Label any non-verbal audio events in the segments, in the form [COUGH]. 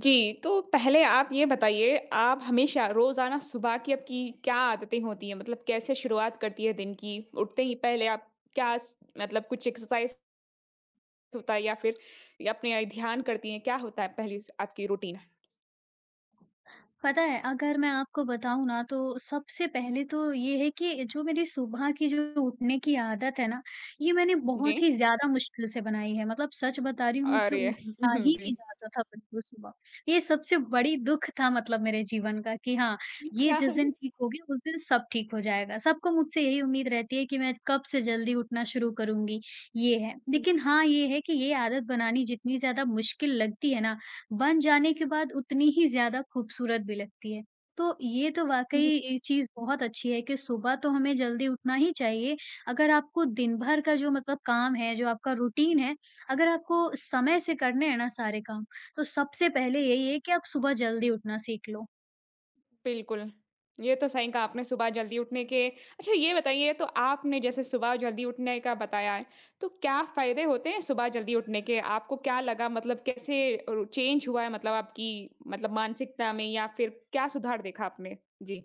जी, तो पहले आप ये बताइए, आप हमेशा रोज़ाना सुबह की आपकी क्या आदतें होती हैं? मतलब कैसे शुरुआत करती है दिन की? उठते ही पहले आप क्या स मतलब कुछ एक्सरसाइज़ होता है या फिर ये अपने ध्यान करती हैं? क्या होता है पहली स आपकी रूटीन? पता है, अगर मैं आपको बताऊँ ना तो सबसे पहले तो ये है कि जो मेरी सुबह की जो उठने की आदत है ना, ये मैंने जी, बहुत ही ज़्यादा मुश्किल से बनाई है। मतलब सच बता रही हूँ मुझसे अरे! उठा ही [LAUGHS] नहीं जी। जाता था बिल्कुल सुबह। ये सबसे बड़ी दुःख था मतलब मेरे जीवन का कि हाँ, ये अच्छा। जिस दिन ठीक होगी उस दिन सब ठीक हो जाएगा। सबको मुझसे यही उम्मीद रहती है कि मैं कब से जल्दी उठना शुरू करूँगी, ये है। हुँ। लेकिन हाँ, ये है कि ये आदत बनानी जितनी ज़्यादा मुश्किल लगती है ना बन जाने के बाद उतनी ही ज़्यादा खूबसूरत भी लगती है। तो ये तो वाक़ई जी। ये चीज़ बहुत अच्छी है कि सुबह तो हमें जल्दी उठना ही चाहिए। अगर आपको दिन भर का जो मतलब काम है, जो आपका रूटीन है, अगर आपको समय से करने हैं ना सारे काम, तो सबसे पहले यही है कि आप सुबह जल्दी उठना सीख लो। बिल्कुल। ये तो सही कहा आपने सुबह जल्दी उठने के अच्छा, ये बताइए तो आपने जैसे सुबह जल्दी उठने का बताया है, तो क्या फ़ायदे होते हैं सुबह जल्दी उठने के? आपको क्या लगा मतलब कैसे रु चेंज हुआ है मतलब आपकी मतलब मानसिकता में या फिर क्या सुधार देखा आपने? जी।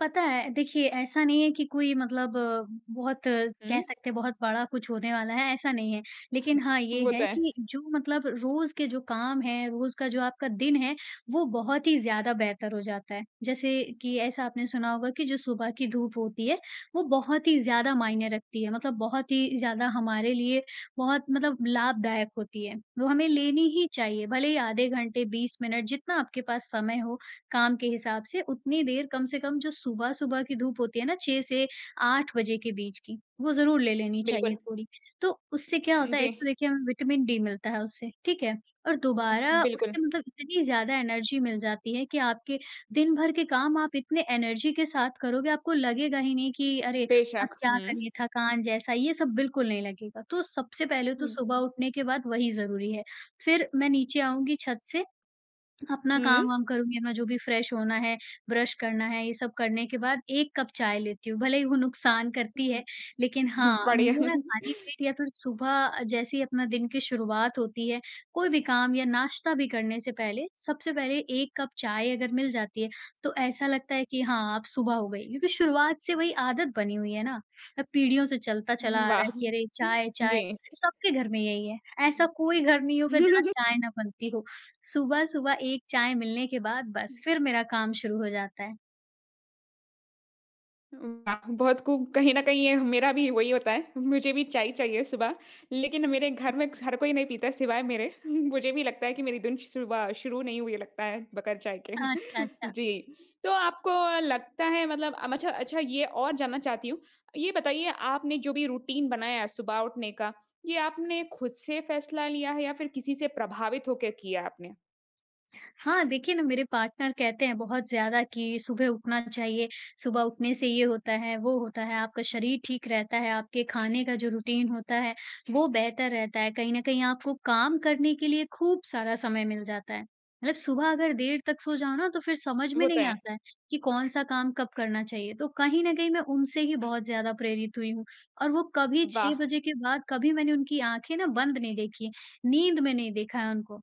पता है, देखिए ऐसा नहीं है कि कोई मतलब बहुत हुँ, कह सकते हैं बहुत बड़ा कुछ होने वाला है, ऐसा नहीं है। लेकिन हाँ, ये वो तो है है। कि जो मतलब रोज़ के जो काम हैं, रोज़ का जो आपका दिन है, वो बहुत ही ज़्यादा बेहतर हो जाता है। जैसे कि ऐसा आपने सुना होगा कि जो सुबह की धूप होती है, वो बहुत ही ज़्यादा मायने रखती है। मतलब बहुत ही ज़्यादा हमारे लिए बहुत मतलब लाभदायक होती है। वो हमें लेनी ही चाहिए, भले ही आधे घंटे, 20 मिनट जितना आपके पास समय हो, काम के हिसाब से उतनी देर कम से कम जो सुबह-सुबह की धूप होती है ना 6 से 8 बजे के बीच की, वो ज़रूर ले लेनी बिल्कुल। चाहिए थोड़ी। तो उससे क्या होता है जी। एक तो देखिए हमें विटामिन डी मिलता है उससे, ठीक है? और दोबारा बिल्कुल। उससे मतलब इतनी ज़्यादा एनर्जी मिल जाती है कि आपके दिन भर के काम आप इतने एनर्जी के साथ करोगे आपको लगेगा ही नहीं कि अरे, अब बेशक। क्या हुँ। करें थकान जैसा ये सब बिल्कुल नहीं लगेगा। तो सबसे पहले तो सुबह उठने के बाद वही ज़रूरी है। फिर मैं नीचे आऊँगी छत से अपना हुँ, काम-वाम करूँगी, मैं जो भी फ्रेश होना है, ब्रश करना है, ये सब करने के बाद 1 कप चाय लेती हूँ। भले ही वो नुकसान करती हुँ। है, लेकिन हाँ, बढ़िया। मुझे ना खाली पेट या फिर सुबह जैसे ही अपना दिन की शुरुआत होती है, कोई भी काम या नाश्ता भी करने से पहले, सबसे पहले 1 कप चाय अगर मिल जाती है, तो ऐसा लगता है कि हाँ, अब सुबह हो गई। क्योंकि शुरुआत से वही आदत बनी हुई है ना, अब पीढ़ियों से चलता चला आ रहा वाह! है कि अरे चाय, चाय जी। सबके घर में यही है। ऐसा कोई घर नहीं होगा जहाँ [LAUGHS] चाय ना बनती हो। सुबह-सुबह एक चाय मिलने के बाद बस फिर मेरा काम शुरू हो जाता है। वाह! बहुत खूब। कहीं न कहीं ये मेरा भी वही होता है। मुझे भी चाय चाहिए सुबह, लेकिन मेरे घर में हर कोई नहीं पीता सिवाय मेरे। [LAUGHS] मुझे भी लगता है कि मेरी दिन सुबह शुरू नहीं हुई लगता है बगैर चाय के। अच्छा, [LAUGHS] अच्छा। जी, तो आपको लगता है मतलब अच्छा, अच्छा ये और जानना चाहती हूँ। ये बताइए आपने जो भी रूटीन बनाया है सुबह उठने का, ये आपने खुद से फैसला लिया है या फिर किसी से प्रभावित होके किया आपने? हाँ, देखिए ना मेरे पार्टनर कहते हैं बहुत ज़्यादा कि सुबह उठना चाहिए, सुबह उठने से ये होता है, वो होता है, आपका शरीर ठीक रहता है, आपके खाने का जो रूटीन होता है, वो बेहतर रहता है। कहीं न कहीं आपको काम करने के लिए खूब सारा समय मिल जाता है। मतलब सुबह अगर देर तक सो जाओ ना तो फिर समझ में वो तो नहीं है। आता है कि कौन-सा काम कब करना चाहिए। तो कहीं न कहीं मैं उनसे ही बहुत ज़्यादा प्रेरित हुई हूँ और वो कभी 6 वाह! बजे के बाद कभी मैंने उनकी आँखें ना बंद नहीं देखी, नींद में नहीं देखा है उनको।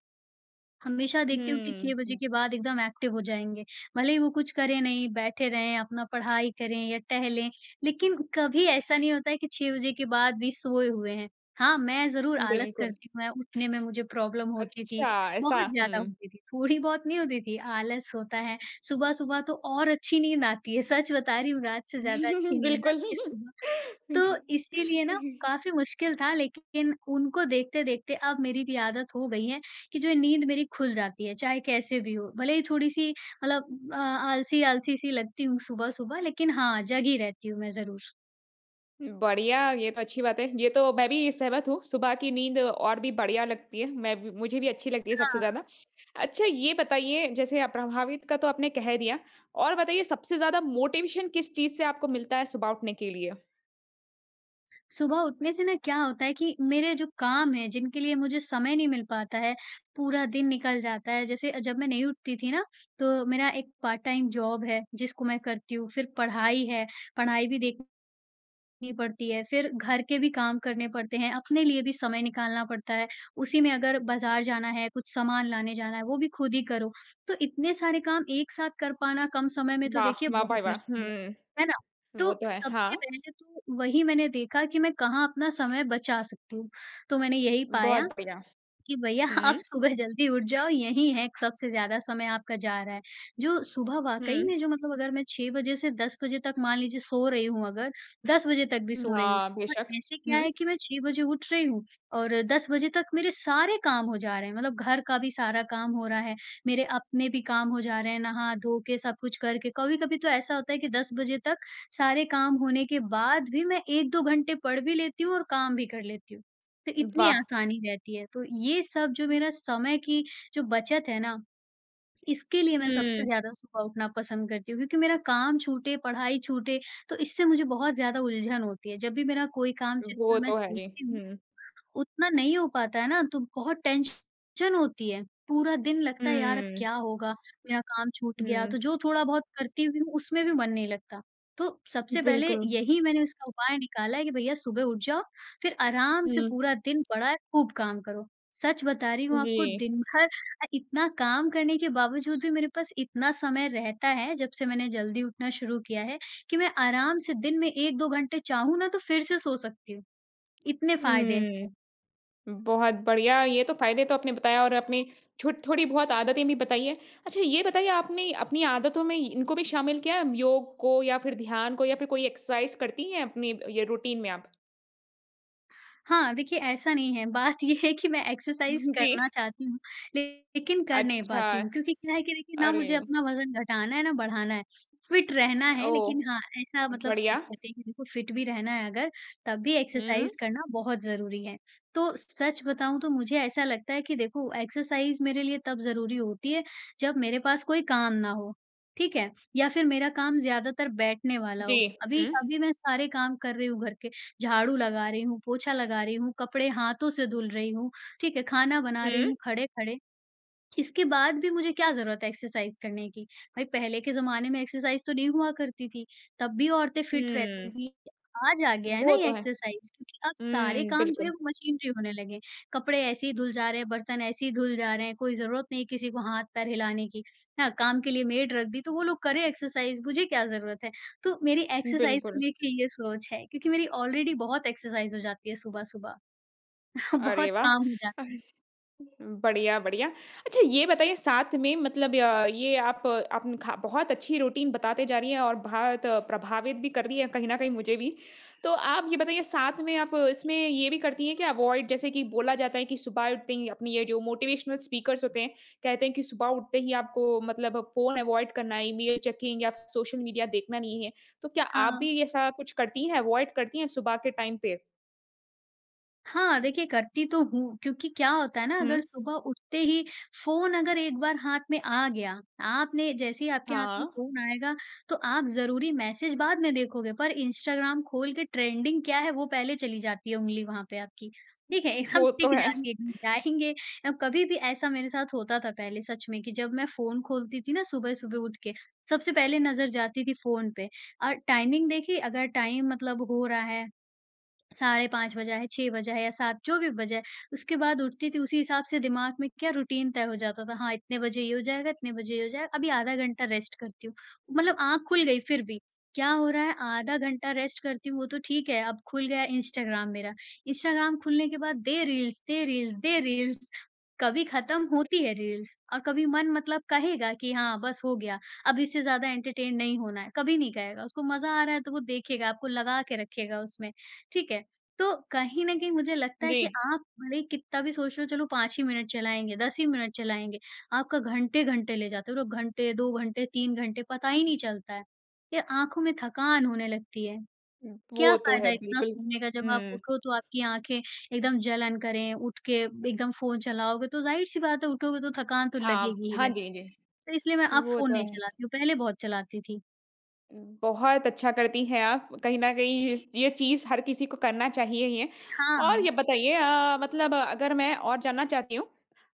हमेशा देखती हूँ कि हुँ, 6 बजे हुँ, के बाद एकदम एक्टिव हो जाएँगे। भले ही वो कुछ करें नहीं, बैठे रहें, अपना पढ़ाई करें या टहलें, लेकिन कभी ऐसा नहीं होता है कि 6 बजे के बाद भी सोए हुए हैं। हाँ, मैं ज़रूर आलस बिल्कुल। करती हूँ, मैं उठने में मुझे प्रॉब्लम होती थी, अच्छा, ऐसा बहुत ज़्यादा हुँ। होती थी, थोड़ी-बहुत नहीं होती थी, आलस होता है। सुबह-सुबह तो और अच्छी नींद आती है, सच बता रही हूँ, रात से ज़्यादा अच्छी [LAUGHS] नींद बिल्कुल। आती है सुबह। तो इसीलिए ना काफ़ी मुश्किल था लेकिन उनको देखते-देखते अब मेरी भी आदत हो गई है कि जो नींद मेरी खुल जाती है, चाहे कैसे भी हो। भले ही थोड़ी-सी मतलब आलसी-आलसी सी लगती हूँ सुबह-सुबह लेकिन हाँ, जगी रहती हूँ मैं ज़रूर। बढ़िया, ये तो अच्छी बात है। ये तो मैं भी सहमत हूँ, सुबह की नींद और भी बढ़िया लगती है। मैं भी मुझे भी अच्छी लगती है सबसे हाँ, ज़्यादा। अच्छा ये बताइए जैसे आप प्रभावित का तो आपने कह दिया, और बताइए सबसे ज़्यादा मोटिवेशन किस चीज़ से आपको मिलता है सुबह उठने के लिए? सुबह उठने से ना क्या होता है कि मेरे जो काम हैं, जिनके लिए मुझे समय नहीं मिल पाता है, पूरा दिन निकल जाता है। जैसे जब मैं नहीं उठती थी ना, तो मेरा एक पार्ट टाइम जॉब है जिसको मैं करती हूँ, फिर पढ़ाई है, पढ़ाई भी देख करनी पड़ती है, फिर घर के भी काम करने पड़ते हैं, अपने लिए भी समय निकालना पड़ता है, उसी में अगर बाज़ार जाना है, कुछ सामान लाने जाना है, वो भी खुद ही करो। तो इतने सारे काम एक साथ कर पाना कम समय में तो वाह! देखिए वाह बहुत भाई वाह! मुश्किल हुँ, है ना? तो वो तो है। हाँ, सबसे पहले तो वही मैंने देखा कि मैं कहाँ अपना समय बचा सकती हूँ, तो मैंने यही बहुत पाया बढ़िया। कि भैया [LAUGHS] आप हुँ, सुबह जल्दी उठ जाओ, यही है सबसे ज़्यादा समय आपका जा रहा है। जो सुबह हुँ। वाक़ई में जो मतलब अगर मैं 6 बजे से 10 बजे तक मान लीजिए सो रही हूँ अगर, 10 बजे तक भी सो रही हूँ, हाँ, बट बेशक। ऐसे क्या हुँ, है कि मैं 6 बजे उठ रही हूँ और 10 बजे तक मेरे सारे काम हो जा रहे हैं, मतलब घर का भी सारा काम हो रहा है, मेरे अपने भी काम हो जा रहे हैं, नहा-धो के सब कुछ करके। कभी-कभी तो ऐसा होता है कि 10 बजे तक सारे काम होने के बाद भी मैं 1-2 घंटे पढ़ भी लेती हूँ और काम भी कर लेती हूँ। तो इतनी वाह! आसानी रहती है। तो ये सब जो मेरा समय की जो बचत है ना, इसके लिए मैं सबसे हुँ, ज़्यादा सुबह उठना पसंद करती हूँ क्योंकि मेरा काम छूटे, पढ़ाई छूटे, तो इससे मुझे बहुत ज़्यादा उलझन होती है। जब भी मेरा कोई काम जितना वो मैं तो है। जी। सोचती हूँ हुँ, उतना नहीं हो पाता है ना, तो बहुत टेंशन होती है। पूरा दिन लगता है यार अब हुँ, क्या होगा? मेरा काम छूट गया, हुँ। तो जो थोड़ा-बहुत करती भी हूँ उसमें भी मन नहीं लगता। तो सबसे पहले बिल्कुल। यही मैंने इसका उपाय निकाला है कि भैया सुबह उठ जाओ, फिर आराम से हुँ, पूरा दिन पड़ा है, खूब काम करो। सच बता रही हूँ आपको जी। दिन भर इतना काम करने के बावजूद भी मेरे पास इतना समय रहता है, जब से मैंने जल्दी उठना शुरू किया है, कि मैं आराम से दिन में 1-2 घंटे चाहूँ ना तो फिर से सो सकती हूँ। इतने फ़ायदे हैं इसके। हुँ, बहुत बढ़िया, ये तो फ़ायदे तो आपने बताया और अपनी छो थोड़ी बहुत आदतें भी बताई हैं। अच्छा ये बताइए आपने अपनी आदतों में इनको भी शामिल किया है? योग को या फिर ध्यान को या फिर कोई एक्सरसाइज़ करती हैं अपनी ये रूटीन में आप? हाँ, देखिए ऐसा नहीं है, बात ये है कि मैं एक्सरसाइज़ [LAUGHS] जी। करना चाहती हूँ, लेकिन कर नहीं अच्छा, पाती हूँ स क्योंकि क्या है कि देखिए ना अरे! मुझे अपना वज़न घटाना है ना बढ़ाना है, फिट रहना है ओह! लेकिन हाँ, ऐसा मतलब सब बढ़िया। कहते हैं कि देखो फिट भी रहना है अगर, तब भी हुँ, एक्सरसाइज़ करना बहुत ज़रूरी है। तो सच बताऊँ तो मुझे ऐसा लगता है कि देखो एक्सरसाइज़ मेरे लिए तब ज़रूरी होती है, जब मेरे पास कोई काम ना हो, ठीक है? या फिर मेरा काम ज़्यादातर बैठने वाला जी। हो। अभी हुँ, अभी मैं सारे काम कर रही हूँ घर के, झाड़ू लगा रही हूँ, पोछा लगा रही हूँ, कपड़े हाथों से धुल रही हूँ, ठीक है? खाना बना रही हुँ, हूँ खड़े-खड़े। इसके बाद भी मुझे क्या ज़रूरत है एक्सरसाइज़ करने की? भाई पहले के ज़माने में एक्सरसाइज़ तो नहीं हुआ करती थी, तब भी औरतें फिट रहती हुँ। थी। आज आ गया है ना वो ये तो है। एक्सरसाइज़ क्योंकि अब सारे हुँ, काम जो है बिल्कुल, वो मशीनरी होने लगे हैं। कपड़े ऐसे ही धुल जा रहे हैं, बर्तन ऐसे ही धुल जा रहे हैं, कोई ज़रूरत नहीं किसी को हाथ-पैर हिलाने की। हाँ, काम के लिए मेड रख दी तो वो लोग करें एक्सरसाइज़, मुझे क्या ज़रूरत है? तो मेरी एक्सरसाइज़ को बिल्कुल। लेके ये सोच है क्योंकि मेरी ऑलरेडी बहुत एक्सरसाइज़ हो जाती है सुबह-सुबह। [LAUGHS] अरे बहुत वाह! काम हो अ जाता है। बढ़िया, बढ़िया। अच्छा ये बताइए साथ में मतलब ये आप आपने खा बहुत अच्छी रूटीन बताते जा रही हैं और बहुत प्रभावित भी कर रही है कहीं न कहीं मुझे भी। तो आप ये बताइए साथ में आप इसमें ये भी करती हैं कि अवॉइड जैसे कि बोला जाता है कि सुबह उठते ही अपनी ये जो मोटिवेशनल स्पीकर्स होते हैं, कहते हैं कि सुबह उठते ही आपको मतलब फ़ोन अवॉइड करना है, ईमेल चेकिंग या सोशल मीडिया देखना नहीं है। तो क्या आप हाँ। भी ऐसा कुछ करती हैं, अवॉइड करती हैं सुबह के टाइम पे? हाँ, देखिए करती तो हूँ, क्योंकि क्या होता है ना हुँ। अगर सुबह उठते ही फ़ोन अगर एक बार हाथ में आ गया, आपने जैसे ही आपके हाथ हाँ, में फ़ोन आएगा, तो आप ज़रूरी मैसेज बाद में देखोगे, पर इंस्टाग्राम खोल के ट्रेंडिंग क्या है वो पहले चली जाती है उंगली वहाँ पे आपकी, ठीक है? एकदम वो टिक तो है। जाती है, एकदम जाएँगे। अब कभी भी ऐसा मेरे साथ होता था पहले सच में कि जब मैं फ़ोन खोलती थी ना सुबह-सुबह उठ के, सबसे पहले नज़र जाती थी फ़ोन पे और टाइमिंग देखी अगर टाइम मतलब हो रहा है साढ़े 5 बजा है, 6 बजा है या 7 जो भी बजा है, उसके बाद उठती थी उसी हिसाब से दिमाग में क्या रूटीन तय हो जाता था। हाँ, इतने बजे ये हो जाएगा, इतने बजे ये हो जाएगा, अभी आधा घंटा रेस्ट करती हूँ। मतलब आँख खुल गई फिर भी, क्या हो रहा है आधा घंटा रेस्ट करती हूँ वो तो ठीक है, अब खुल गया इंस्टाग्राम मेरा। इंस्टाग्राम खुलने के बाद दे रील्स, दे रील्स, दे रील्स। कभी खत्म होती है रील्स और कभी मन मतलब कहेगा कि हाँ, बस हो गया, अब इससे ज़्यादा एंटरटेन नहीं होना है, कभी नहीं कहेगा। उसको मज़ा आ रहा है तो वो देखेगा, आपको लगा के रखेगा उसमें, ठीक है। तो कहीं न कहीं मुझे लगता है जी। कि आप भले ही कितना भी सोच लो चलो 5 ही मिनट चलाएँगे, 10 ही मिनट चलाएँगे, आपका घंटे-घंटे ले जाते हो। लोग घंटे, 2 घंटे, 3 घंटे पता ही नहीं चलता है। ये आँखों में थकान होने लगती है। वो क्या तो फ़ायदा है इतना बिल्कुल। सोने का जब आप हुँ। उठो तो आपकी आँखें एकदम जलन करें, उठ के एकदम फ़ोन चलाओगे तो ज़ाहिर-सी बात है उठोगे तो थकान तो हाँ, लगेगी ही हाँ लगेगी। जी, जी। तो इसलिए मैं अब वो फ़ोन तो नहीं है। चलाती हूँ, पहले बहुत चलाती थी। बहुत अच्छा करती हैं आप। कहीं न कहीं इस ये चीज़ हर किसी को करना चाहिए ही है। और हाँ। ये बताइए मतलब अगर मैं और जानना चाहती हूँ,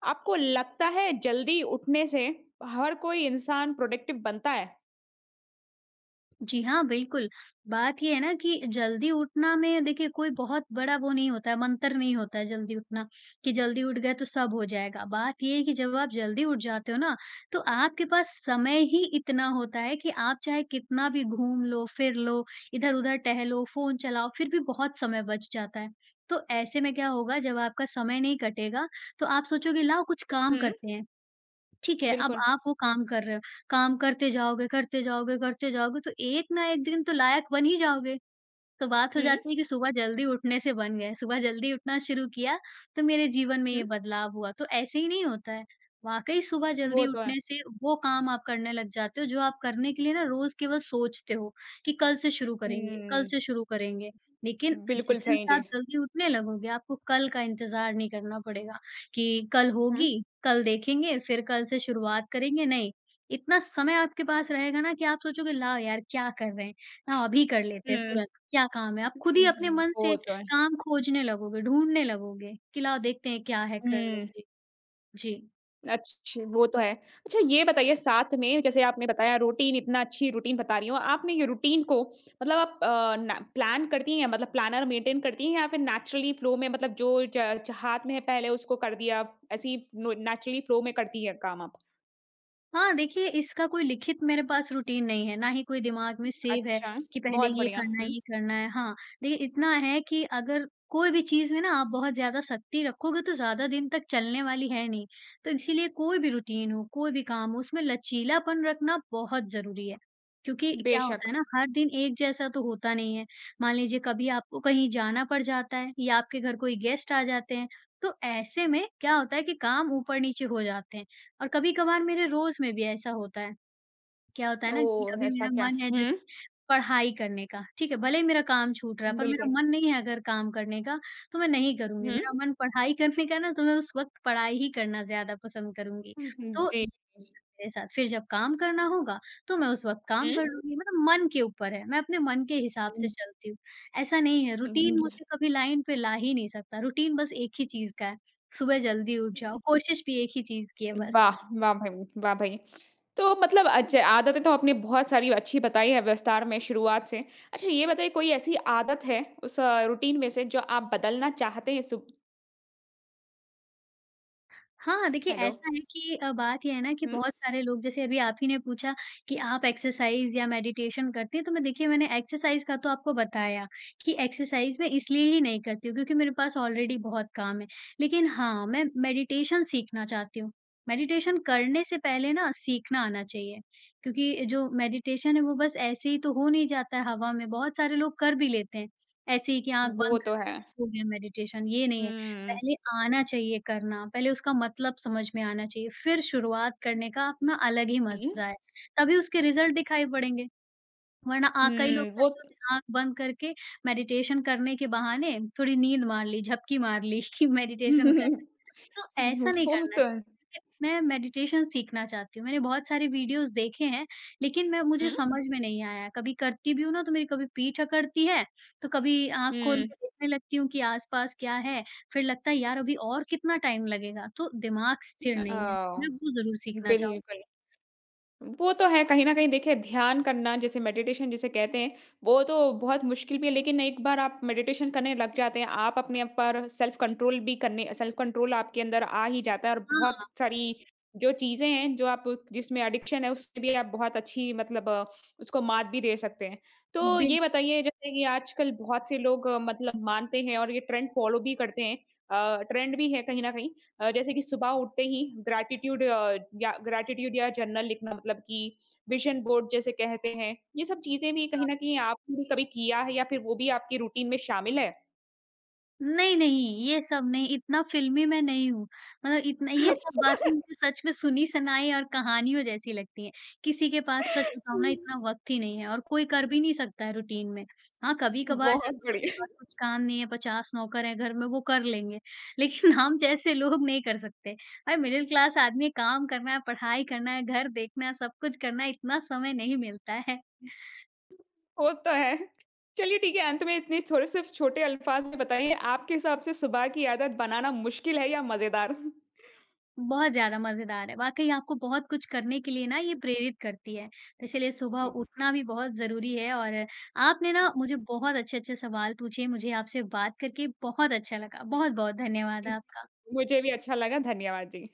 आपको लगता है जल्दी उठने से हर कोई इंसान प्रोडक्टिव बनता है? जी हाँ, बिल्कुल। बात ये है ना कि जल्दी उठना में देखिए कोई बहुत बड़ा वो नहीं होता है, मंत्र नहीं होता है जल्दी उठना, कि जल्दी उठ गए तो सब हो जाएगा। बात ये है कि जब आप जल्दी उठ जाते हो ना, तो आपके पास समय ही इतना होता है कि आप चाहे कितना भी घूम लो, फिर लो, इधर-उधर टहलो, फ़ोन चलाओ, फिर भी बहुत समय बच जाता है। तो ऐसे में क्या होगा जब आपका समय नहीं कटेगा, तो आप सोचोगे लाओ कुछ काम हुँ, करते हैं। ठीक है, अब बिल्कुल। आप वो काम कर रहे हो, काम करते जाओगे, करते जाओगे, करते जाओगे तो एक ना एक दिन तो लायक बन ही जाओगे। तो बात हो हुँ, जाती है कि सुबह जल्दी उठने से बन गए, सुबह जल्दी उठना शुरू किया, तो मेरे जीवन में हुँ, ये बदलाव हुआ, तो ऐसे ही नहीं होता है। वाक़ई सुबह वो जल्दी तो है। उठने से वो काम आप करने लग जाते हो, जो आप करने के लिए ना रोज़ केवल सोचते हो कि कल से शुरू करेंगे, कल हुँ, से शुरू करेंगे। लेकिन जिस बिल्कुल दिन सही से जी। आप जल्दी उठने लगोगे, आपको कल का इंतज़ार नहीं करना पड़ेगा कि कल हुँ, होगी, कल देखेंगे, फिर कल से शुरुआत करेंगे, नहीं। इतना समय आपके पास रहेगा ना कि आप सोचोगे, "लाओ यार, क्या कर रहे हैं? लाओ अभी कर लेते हैं हुँ, तुरंत।" क्या काम है? आप खुद ही अपने मन वो से तो है। काम खोजने लगोगे, ढूँढने लगोगे कि लाओ देखते हैं क्या है करने हुँ। के लिए। जी। अच्छ वो तो है। अच्छा ये बताइए साथ में जैसे आपने बताया रूटीन इतना अच्छी रूटीन बता रही हो, आपने ये रूटीन को मतलब आप ना प्लान करती हैं मतलब प्लानर मेंटेन करती हैं या फिर नेचुरली फ्लो में मतलब जो ज ज हाथ में है पहले उसको कर दिया, ऐसे ही नो नेचुरली फ्लो में करती है काम आप? हाँ, देखिए इसका कोई लिखित मेरे पास रूटीन नहीं है, ना ही कोई दिमाग में सेव है अच्छा, कि पहले बहुत ये बढ़िया। करना है, हुँ, ये करना है। हाँ, देखिए इतना है कि अगर कोई भी चीज़ में ना आप बहुत ज़्यादा सख्ती रखोगे तो ज़्यादा दिन तक चलने वाली है नहीं। तो इसीलिए कोई भी रूटीन हो, कोई भी काम हो उसमें लचीलापन रखना बहुत ज़रूरी है। क्योंकि क्या होता बेशक। है ना हर दिन एक जैसा तो होता नहीं है। मान लीजिए कभी आपको कहीं जाना पड़ जाता है या आपके घर कोई गेस्ट आ जाते हैं, तो ऐसे में क्या होता है कि काम ऊपर-नीचे हो जाते हैं। और कभी-कभार मेरे रोज़ में भी ऐसा होता है। क्या होता है ना कि ओह! अभी ऐसा मेरा क्या? मन है हुँ, जैसे पढ़ाई करने का, ठीक है? भले ही मेरा काम छूट रहा है पर मेरा बिल्कुल। मन नहीं है अगर काम करने का तो मैं नहीं करूँगी। हुँ, मेरा मन पढ़ाई करने का है ना तो मैं उस वक़्त पढ़ाई ही करना ज़्यादा पसंद करूँगी। हुँ, हुँ, तो जी। ये मेरे साथ फिर जब काम करना होगा तो मैं उस वक़्त हुँ, काम कर लूँगी। मतलब मन के ऊपर है, मैं अपने मन के हिसाब से चलती हूँ। ऐसा नहीं है हुँ, रूटीन हुँ, मुझे कभी लाइन पे ला ही नहीं सकता। रूटीन बस एक ही चीज़ का है, सुबह जल्दी उठ जाओ, हुँ। कोशिश भी एक ही चीज़ की है बस। वाह! वाह भाई! वाह भाई! तो मतलब अच्छे आदतें तो आपने बहुत सारी अच्छी बताई है विस्तार में शुरुआत से। अच्छा ये बताइए कोई ऐसी आदत है उस रूटीन में से जो आप बदलना चाहते हैं सुब हाँ, देखिए हेलो? ऐसा है कि बात ये है ना कि हुँ, बहुत सारे लोग जैसे अभी आप ही ने पूछा कि आप एक्सरसाइज़ या मेडिटेशन करती हैं, तो मैं देखिए मैंने एक्सरसाइज़ का तो आपको बताया कि एक्सरसाइज़ मैं इसलिए ही नहीं करती हूँ क्योंकि मेरे पास ऑलरेडी बहुत काम है। लेकिन हाँ, मैं मेडिटेशन सीखना चाहती हूँ। मेडिटेशन करने से पहले ना सीखना आना चाहिए क्योंकि जो मेडिटेशन है वो बस ऐसे ही तो हो नहीं जाता है हवा में, बहुत सारे लोग कर भी लेते हैं। ऐसे ही कि आँख वो बंद कर तो लिया है। हो गया मेडिटेशन, ये नहीं है। हुँ। पहले आना चाहिए करना, पहले उसका मतलब समझ में आना चाहिए, फिर शुरुआत करने का अपना अलग ही हुँ, मज़ा है, तभी उसके रिज़ल्ट दिखाई पड़ेंगे, वरना कई हुँ। लोग हुँ, तो वो ऐसे होते हैं आँख बंद करके मेडिटेशन करने के बहाने थोड़ी नींद मार ली, झपकी मार ली [LAUGHS] कि मेडिटेशन कर। [LAUGHS] तो ऐसा नहीं वो करना तो चाहिए। है। मैं मेडिटेशन सीखना चाहती हूँ। मैंने बहुत सारे वीडियोज़ देखे हैं, लेकिन मैं मुझे हुँ, समझ में नहीं आया। कभी करती भी हूँ ना तो मेरी कभी पीठ अकड़ती है, तो कभी आँख खोल हुँ, के देखने लगती हूँ कि आस-पास क्या है? फिर लगता है यार अभी और कितना टाइम लगेगा? तो दिमाग स्थिर नहीं है। मैं अ, वो ज़रूर सीखना चाहूँ। बिल्कुल। वो तो है कहीं न कहीं देखिए ध्यान करना जैसे मेडिटेशन जिसे कहते हैं, वो तो बहुत मुश्किल भी है लेकिन एक बार आप मेडिटेशन करने लग जाते हैं, आप अपने आप पर सेल्फ कंट्रोल आपके अंदर आ ही जाता है और बहुत हाँ, सारी जो चीज़ें हैं, जो आप जिसमें एडिक्शन है उससे भी आप बहुत अच्छी मतलब उसको मात भी दे सकते हैं। तो बिल ये बताइए जैसे कि आजकल बहुत से लोग मतलब मानते हैं और ये ट्रेंड फ़ॉलो भी करते हैं। ट्रेंड भी है कहीं न कहीं। जैसे कि सुबह उठते ही ग्रैटिट्यूड या ग्रैटिट्यूड या जर्नल लिखना मतलब कि विजन बोर्ड जैसे कहते हैं, ये सब चीज़ें भी कहीं न कहीं आपने भी कभी किया है या फिर वो भी आपकी रूटीन में शामिल है? नहीं, नहीं, ये सब नहीं, इतना फ़िल्मी मैं नहीं हूँ। मतलब इतना ये सब बातें मुझे [LAUGHS] सच में सुनी-सुनाई और कहानियों जैसी लगती हैं। किसी के पास सच बताऊँ ना इतना वक़्त ही नहीं है और कोई कर भी नहीं सकता है रूटीन में। हाँ, कभी-कभार बहुत ज़रूर जिसके बढ़िया, पास कुछ काम नहीं है, 50 नौकर हैं घर में वो कर लेंगे, लेकिन [LAUGHS] हम जैसे लोग नहीं कर सकते। भाई मिडल क्लास आदमी काम करना है, पढ़ाई करना है, घर देखना है, सब कुछ करना है, इतना समय नहीं मिलता है। वो तो है। चलिए ठीक है, अंत में इतने थोड़े से छोटे अल्फाज में बताइए आपके हिसाब से सुबह की आदत बनाना मुश्किल है या मज़ेदार? बहुत ज़्यादा मज़ेदार है। वाक़ई आपको बहुत कुछ करने के लिए ना ये प्रेरित करती है। इसीलिए सुबह उठना भी बहुत ज़रूरी है और आपने ना [LAUGHS] मुझे बहुत अच्छे-अच्छे सवाल पूछे। मुझे आपसे बात करके बहुत अच्छा लगा। बहुत-बहुत धन्यवाद आपका। मुझे भी अच्छा लगा, धन्यवाद जी।